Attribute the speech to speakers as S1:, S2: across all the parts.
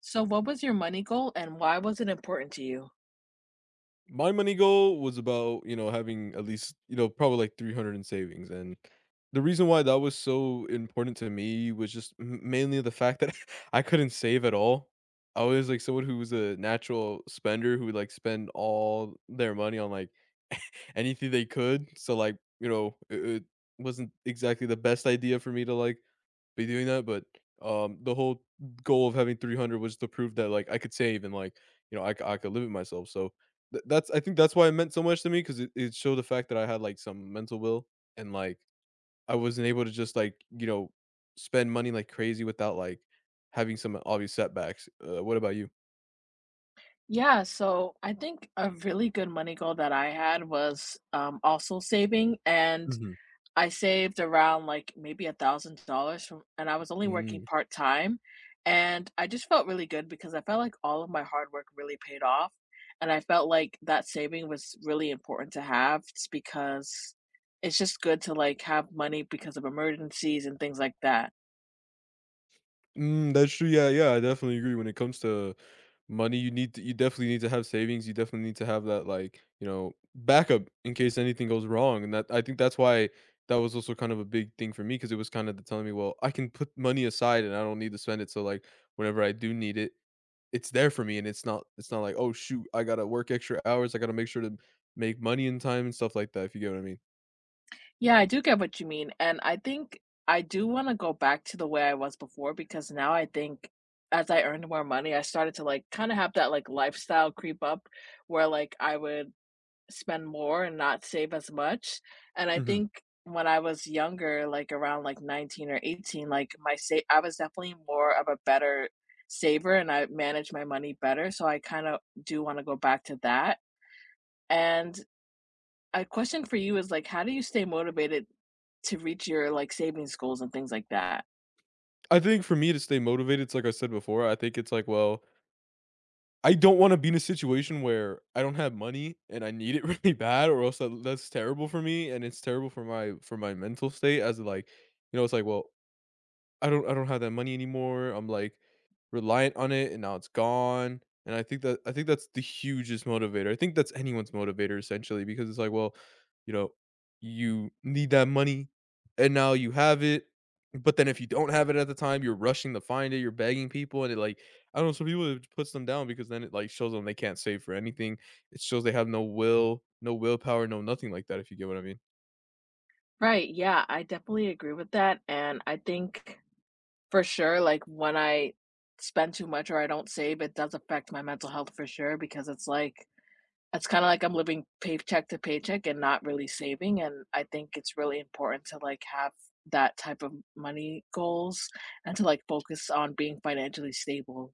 S1: So, what was your money goal and why was it important to you?
S2: My money goal was about, having at least, probably like 300 in savings. And the reason why that was so important to me was just mainly the fact that I couldn't save at all. I was like someone who was a natural spender who would like spend all their money on like anything they could. So like, it wasn't exactly the best idea for me to like be doing that, but, the whole goal of having 300 was to prove that, like, I could save and, like, you know, I could limit myself, so that's I think that's why it meant so much to me because it showed the fact that I had, like, some mental will and, like, I wasn't able to just, like, spend money like crazy without, like, having some obvious setbacks. What about you?
S1: Yeah, so I think a really good money goal that I had was also saving, and
S2: Mhm.
S1: I saved around like maybe $1,000 from, and I was only
S2: Mm.
S1: working
S2: Mm.
S1: part time, and I just felt really good because I felt like all of my hard work really paid off, and I felt like that saving was really important to have just because it's just good to like have money because of emergencies and things like that.
S2: Mm, that's true, yeah, yeah, I definitely agree when it comes to money. You need to, you definitely need to have savings, you definitely need to have that, like, you know, backup in case anything goes wrong, and that, I think that's why that was also kind of a big thing for me because it was kinda the telling me, "Well, I can put money aside and I don't need to spend it, so, like, whenever I do need it, it's there for me, and it's not like, oh shoot, I gotta work extra hours, I gotta make sure to make money in time,' and stuff like that," if you get what I mean.
S1: Yeah, I do get what you mean, and I think I do wanna go back to the way I was before because now I think as I earned more money, I started to, like, kinda have that, like, lifestyle creep up where, like, I would spend more and not save as much, and I
S2: Mhm.
S1: think when I was younger, like, around, like, 19 or 18, like, my sa I was definitely more of a better saver and I managed my money better, so I kinda do wanna go back to that, and a question for you is like, how do you stay motivated to reach your like savings goals and things like that?
S2: I think for me to stay motivated, it's like I said before, I think it's like, well, I don't wanna be in a situation where I don't have money and I need it really bad, or else that's terrible for me, and it's terrible for my mental state as, like, you know, it's like, well, I don't have that money anymore. I'm like reliant on it and now it's gone. And I think that's the hugest motivator. I think that's anyone's motivator essentially because it's like, well, you know, you need that money and now you have it. But then if you don't have it at the time, you're rushing to find it, you're begging people, and it like, I don't know, some people it puts them down because then it like shows them they can't save for anything. It shows they have no will, no willpower, no nothing like that, if you get what I mean.
S1: Right. Yeah, I definitely agree with that. And I think for sure, like when I spend too much or I don't save, it does affect my mental health for sure because it's like, it's kind of like I'm living paycheck to paycheck and not really saving. And I think it's really important to like have that type of money goals and to like focus on being financially stable.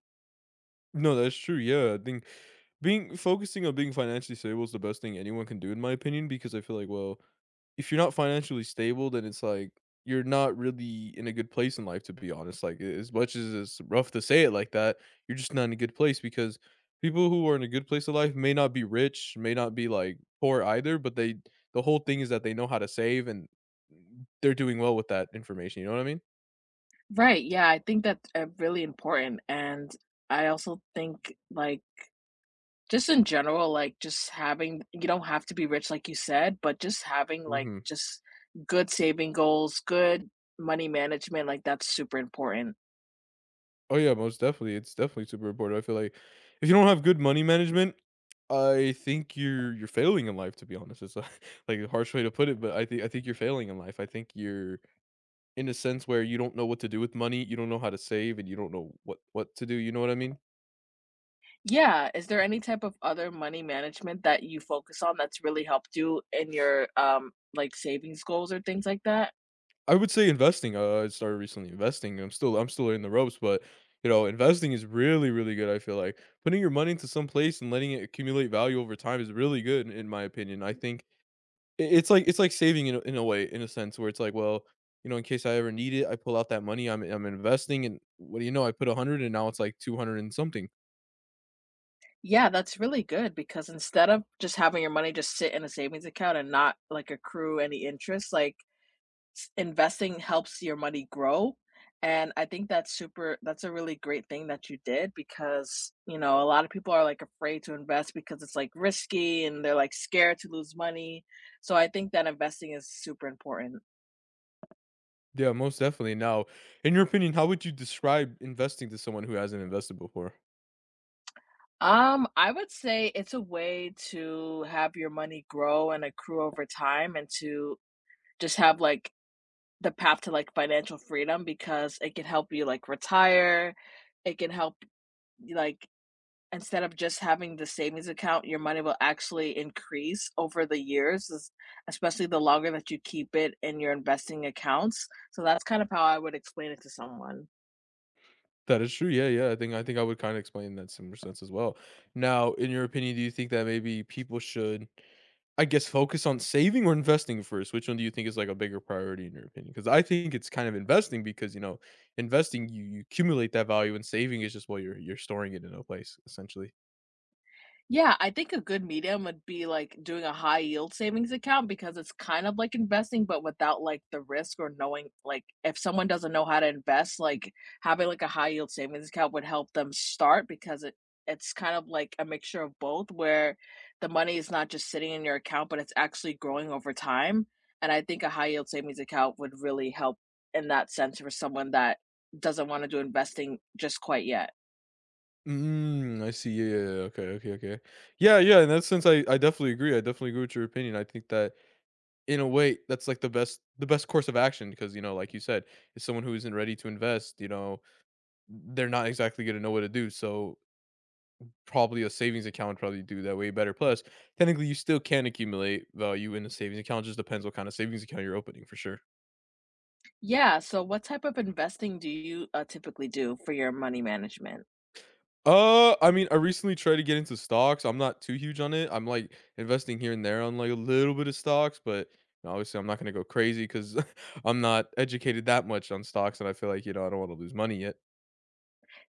S2: No, that's true. Yeah. I think being focusing on being financially stable is the best thing anyone can do in my opinion because I feel like, well, if you're not financially stable, then it's like you're not really in a good place in life to be honest. Like as much as it's rough to say it like that, you're just not in a good place because people who are in a good place of life may not be rich, may not be like poor either, but the whole thing is that they know how to save and they're doing well with that information, you know what I mean?
S1: Right, yeah, I think that's, really important, and I also think, like, just in general, like, just having you don't have to be rich like you said, but just having, like,
S2: Mhm.
S1: just good saving goals, good money management, like, that's super important.
S2: Oh yeah, most definitely. It's definitely super important. I feel like if you don't have good money management, I think you're failing in life to be honest. It's like, like a harsh way to put it, but I think you're failing in life. I think you're in a sense where you don't know what to do with money, you don't know how to save and you don't know what to do, you know what I mean?
S1: Yeah, is there any type of other money management that you focus on that's really helped you in your, like, savings goals or things like that?
S2: I would say investing. I started recently investing. I'm still in the ropes, but you know, investing is really really good, I feel like. Putting your money into some place and letting it accumulate value over time is really good in my opinion. I think I it's like saving in a way, in a sense where it's like, well, you know, in case I ever need it, I pull out that money, I'm investing, and what do you know, I put 100 and now it's like 200 and something.
S1: Yeah, that's really good because instead of just having your money just sit in a savings account and not, like, accrue any interest, like, investing helps your money grow. And I think that's super, that's a really great thing that you did because, you know, a lot of people are like afraid to invest because it's like risky and they're like scared to lose money. So I think that investing is super important.
S2: Yeah, most definitely. Now, in your opinion, how would you describe investing to someone who hasn't invested before?
S1: I would say it's a way to have your money grow and accrue over time and to just have like the path to like financial freedom because it can help you like retire. It can help you, like, instead of just having the savings account, your money will actually increase over the years, es especially the longer that you keep it in your investing accounts, so that's kind of how I would explain it to someone.
S2: That is true. Yeah, yeah. I think I would kind of explain that in similar sense as well. Now, in your opinion, do you think that maybe people should, I guess, focus on saving or investing first? Which one do you think is like a bigger priority in your opinion? Because I think it's kind of investing because you know, investing you accumulate that value and saving is just, well, you're storing it in a place essentially.
S1: Yeah, I think a good medium would be, like, doing a high yield savings account because it's kind of like investing, but without, like, the risk or knowing like, if someone doesn't know how to invest, like, having, like, a high yield savings account would help them start because it's kind of like a mixture of both where the money is not just sitting in your account, but it's actually growing over time, and I think a high yield savings account would really help in that sense for someone that doesn't want to do investing just quite yet.
S2: Mm, I see. Yeah, yeah, yeah. Okay, okay, okay. Yeah, yeah. In that sense, I definitely agree. I definitely agree with your opinion. I think that in a way, that's like the best course of action because you know, like you said, if someone who isn't ready to invest. You know, they're not exactly going to know what to do. So probably a savings account would probably do that way better, plus, technically, you still can accumulate value in a savings account, just depends what kind of savings account you're opening for sure.
S1: Yeah, so what type of investing do you typically do for your money management?
S2: I mean, I recently tried to get into stocks, I'm not too huge on it, I'm, like, investing here and there on, like, a little bit of stocks, but obviously, I'm not gonna go crazy because 'cause I'm not educated that much on stocks, and I feel like, you know, I don't wanna lose money yet.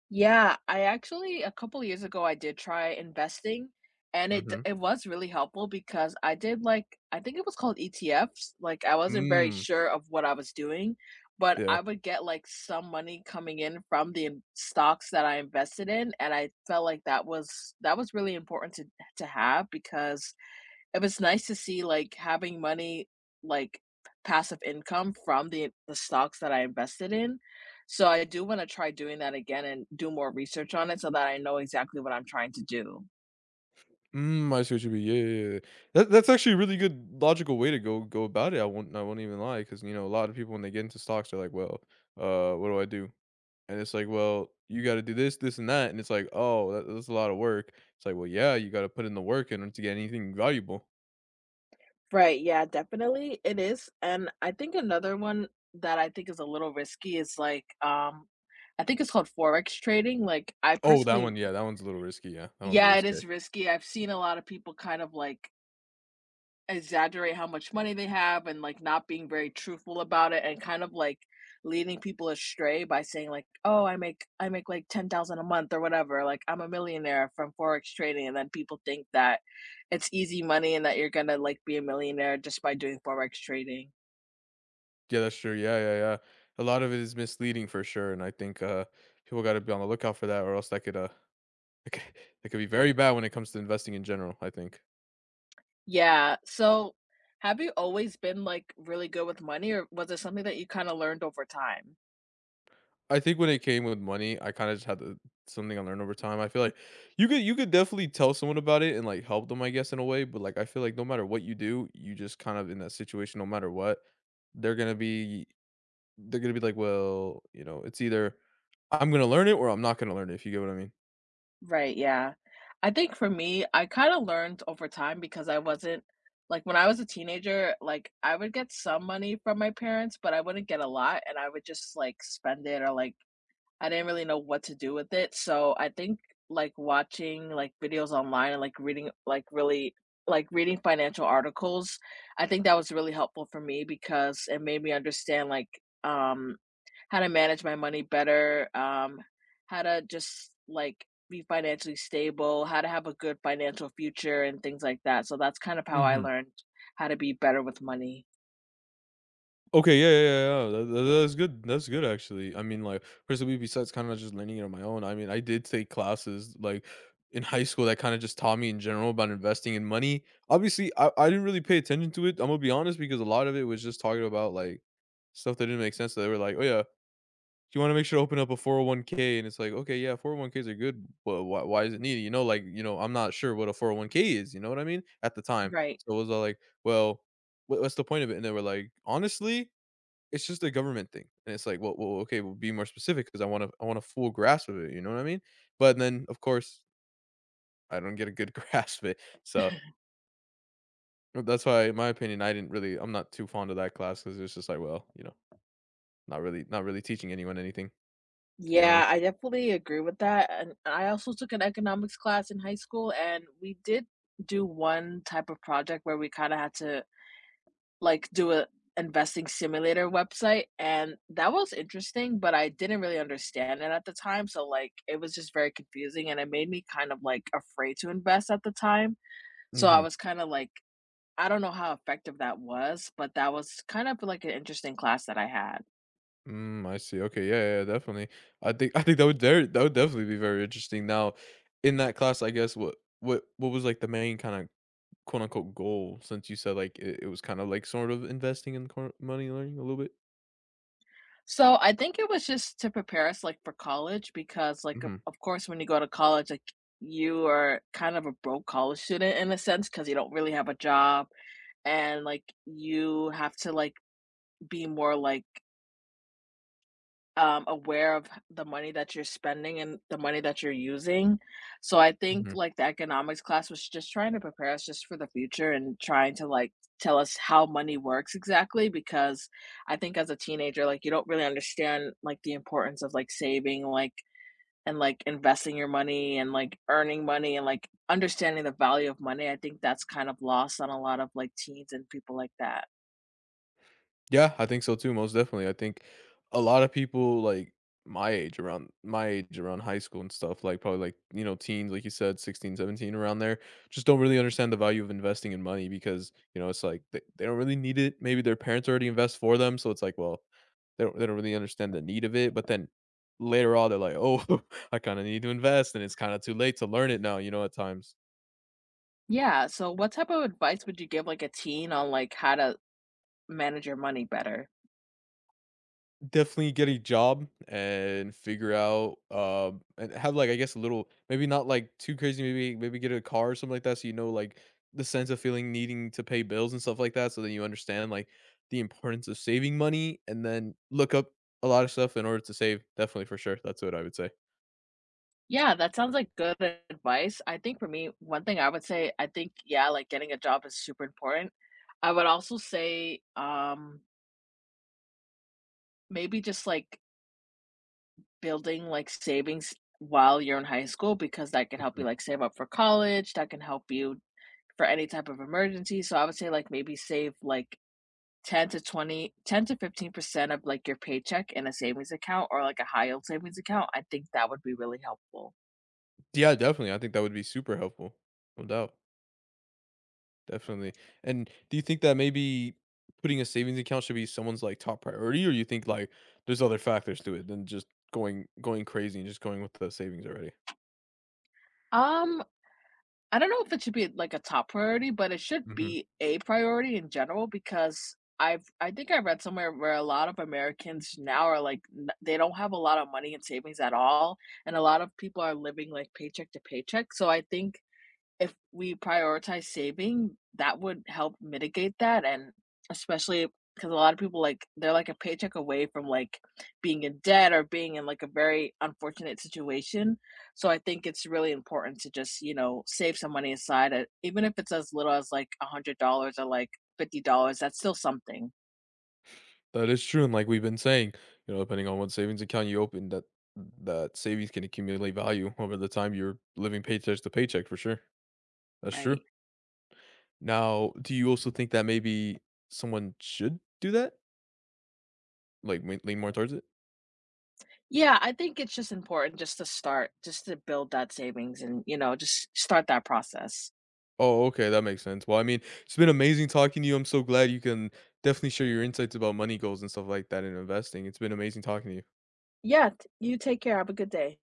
S1: Yeah, I actually a couple years ago I did try investing and
S2: Mm. Mhm.
S1: it was really helpful because I did like I think it was called ETFs. Like I wasn't very
S2: Mm,
S1: sure of what I was doing, but
S2: yeah.
S1: I would get like some money coming in from the stocks that I invested in and I felt like that was really important to have because it was nice to see, like, having money, like, passive income from the stocks that I invested in. So I do wanna try doing that again and do more research on it so that I know exactly what I'm trying to do.
S2: Mm, I see what you mean. Yeah, yeah, yeah, yeah. That's actually a really good logical way to go about it. I won't even lie because you know a lot of people when they get into stocks they're like, well, what do I do? And it's like, well, you got to do this, this, and that. And it's like, oh, that's a lot of work. It's like, well, yeah, you got to put in the work in order to get anything valuable.
S1: Right, yeah, definitely, it is, and I think another one that I think is a little risky is, like, I think it's called forex trading, like, I
S2: Oh, that
S1: personally
S2: one, yeah, that one's a little risky. Yeah, that one's a
S1: yeah,
S2: little
S1: it
S2: scary.
S1: is risky, I've seen a lot of people kind of, like, exaggerate how much money they have and like not being very truthful about it and kind of like leading people astray by saying like oh I make like 10,000 a month or whatever like I'm a millionaire from forex trading and then people think that it's easy money and that you're going to like be a millionaire just by doing forex trading
S2: Yeah, that's true. Yeah, yeah, yeah. A lot of it is misleading for sure, and I think people got to be on the lookout for that, or else that could that could, that could be very bad when it comes to investing in general. I think.
S1: yeah so have you always been like really good with money or was it something that you kind of learned over time?
S2: I think when it came with money, I kinda just had to, something I learned over time. I feel like you could definitely tell someone about it and, like, help them, I guess, in a way, but, like, I feel like no matter what you do, you just kind of in that situation no matter what, they're gonna be they're gonna be like, "Well," you know, it's either, "I'm gonna learn it or I'm not gonna learn it," if you get what I mean.
S1: Right, yeah. I think for me, I kinda learned over time because I wasn't like, when I was a teenager, like, I would get some money from my parents, but I wouldn't get a lot, and I would just, like, spend it or, like, I didn't really know what to do with it, so I think, like, watching, like, videos online and, like, reading, like, really like, reading financial articles, I think that was really helpful for me because it made me understand, like, um, how to manage my money better, how to just, like, be financially stable, how to have a good financial future, and things like that, so that's kind of how I
S2: Mhm.
S1: learned how to be better with money.
S2: Okay, yeah, yeah, yeah, yeah, that is good, that's good actually. I mean, like, personally, besides kinda just learning it on my own, I mean, I did take classes, like, in high school that kinda just taught me in general about investing in money. Obviously, I didn't really pay attention to it, I'm gonna be honest, because a lot of it was just talking about, like, stuff that didn't make sense, so they were like, "Oh, yeah, you wanna make sure to open up a 401k," and it's like, "Okay, yeah, 401ks are good, but why is it needed?" You know, like, you know, I'm not sure what a 401k is, you know what I mean? At the time.
S1: Right.
S2: So, it was all like, "Well, what's the point of it?" And they were like, "Honestly, it's just a government thing, and it's like, well, okay, well, be more specific because I want to, I want a full grasp of it," you know what I mean? But then, of course, I don't get a good grasp of it, so no, that's why, in my opinion, I didn't really I'm not too fond of that class because it's just like, well, you know, not really teaching anyone anything, to be
S1: Yeah,
S2: honest.
S1: I definitely agree with that, and I also took an economics class in high school, and we did do one type of project where we kinda had to, like, do a investing simulator website, and that was interesting, but I didn't really understand it at the time, so, like, it was just very confusing, and it made me kind of, like, afraid to invest at the time, so I
S2: Mhm.
S1: was kinda like I don't know how effective that was, but that was kind of like an interesting class that I had.
S2: Mm, I see. Okay, yeah, yeah, definitely. I think that would there that would definitely be very interesting. Now, in that class, I guess what was like the main kind of quote unquote goal? Since you said like it was kind of like sort of investing in money, learning a little bit.
S1: So I think it was just to prepare us, like, for college because, like,
S2: Mm-hmm.
S1: of course, when you go to college, like, you are kind of a broke college student in a sense because you don't really have a job, and, like, you have to, like, be more, like, aware of the money that you're spending and the money that you're using. So I think
S2: Mm-hmm.
S1: like the economics class was just trying to prepare us just for the future and trying to like tell us how money works exactly because I think as a teenager like you don't really understand like the importance of like saving like and like investing your money and like earning money and like understanding the value of money. I think that's kind of lost on a lot of like teens and people like that.
S2: Yeah, I think so too, most definitely. I think a lot of people like my age around high school and stuff, like probably like, you know, teens, like you said, 16, 17, around there, just don't really understand the value of investing in money because, you know, it's like they don't really need it. Maybe their parents already invest for them. So it's like, well, they don't really understand the need of it. But then later on, they're like, oh, I kind of need to invest. And it's kind of too late to learn it now, you know, at times.
S1: Yeah, so what type of advice would you give like a teen on like how to manage your money better?
S2: Definitely get a job and figure out, and have like, I guess a little, maybe not like too crazy. Maybe get a car or something like that, so you know like the sense of feeling needing to pay bills and stuff like that. So then you understand like the importance of saving money, and then look up a lot of stuff in order to save. Definitely for sure, that's what I would say.
S1: Yeah, that sounds like good advice. I think for me, one thing I would say, I think, yeah, like getting a job is super important. I would also say, maybe just like building like savings while you're in high school because that can help
S2: Mhm.
S1: you like save up for college, that can help you for any type of emergency. So I would say like maybe save like 10 to 15% of like your paycheck in a savings account or like a high yield savings account. I think that would be really helpful.
S2: Yeah, definitely. I think that would be super helpful, no doubt. Definitely. And do you think that maybe putting a savings account should be someone's like top priority, or you think like there's other factors to it than just going crazy and just going with the savings already?
S1: Um, I don't know if it should be like a top priority, but it should
S2: Hmm.
S1: be a priority in general because I think I read somewhere where a lot of Americans now are they don't have a lot of money in savings at all, and a lot of people are living like paycheck to paycheck. So I think if we prioritize saving, that would help mitigate that, and especially because a lot of people, like, they're, like, a paycheck away from, like, being in debt or being in, like, a very unfortunate situation, so I think it's really important to just, you know, save some money aside, even if it's as little as, like, $100 or, like, $50, that's still something,
S2: That is true, and like we've been saying, you know, depending on what savings account you open, that savings can accumulate value over the time you're living paycheck to paycheck for sure. That's true.
S1: right?
S2: Now, do you also think that maybe someone should do that, like lean more towards it?
S1: Yeah, I think it's just important just to start just to build that savings and, you know, just start that process.
S2: Oh, okay, that makes sense. Well, I mean, it's been amazing talking to you. I'm so glad you can definitely share your insights about money goals and stuff like that and investing. It's been amazing talking to you.
S1: Yeah, t you take care, have a good day.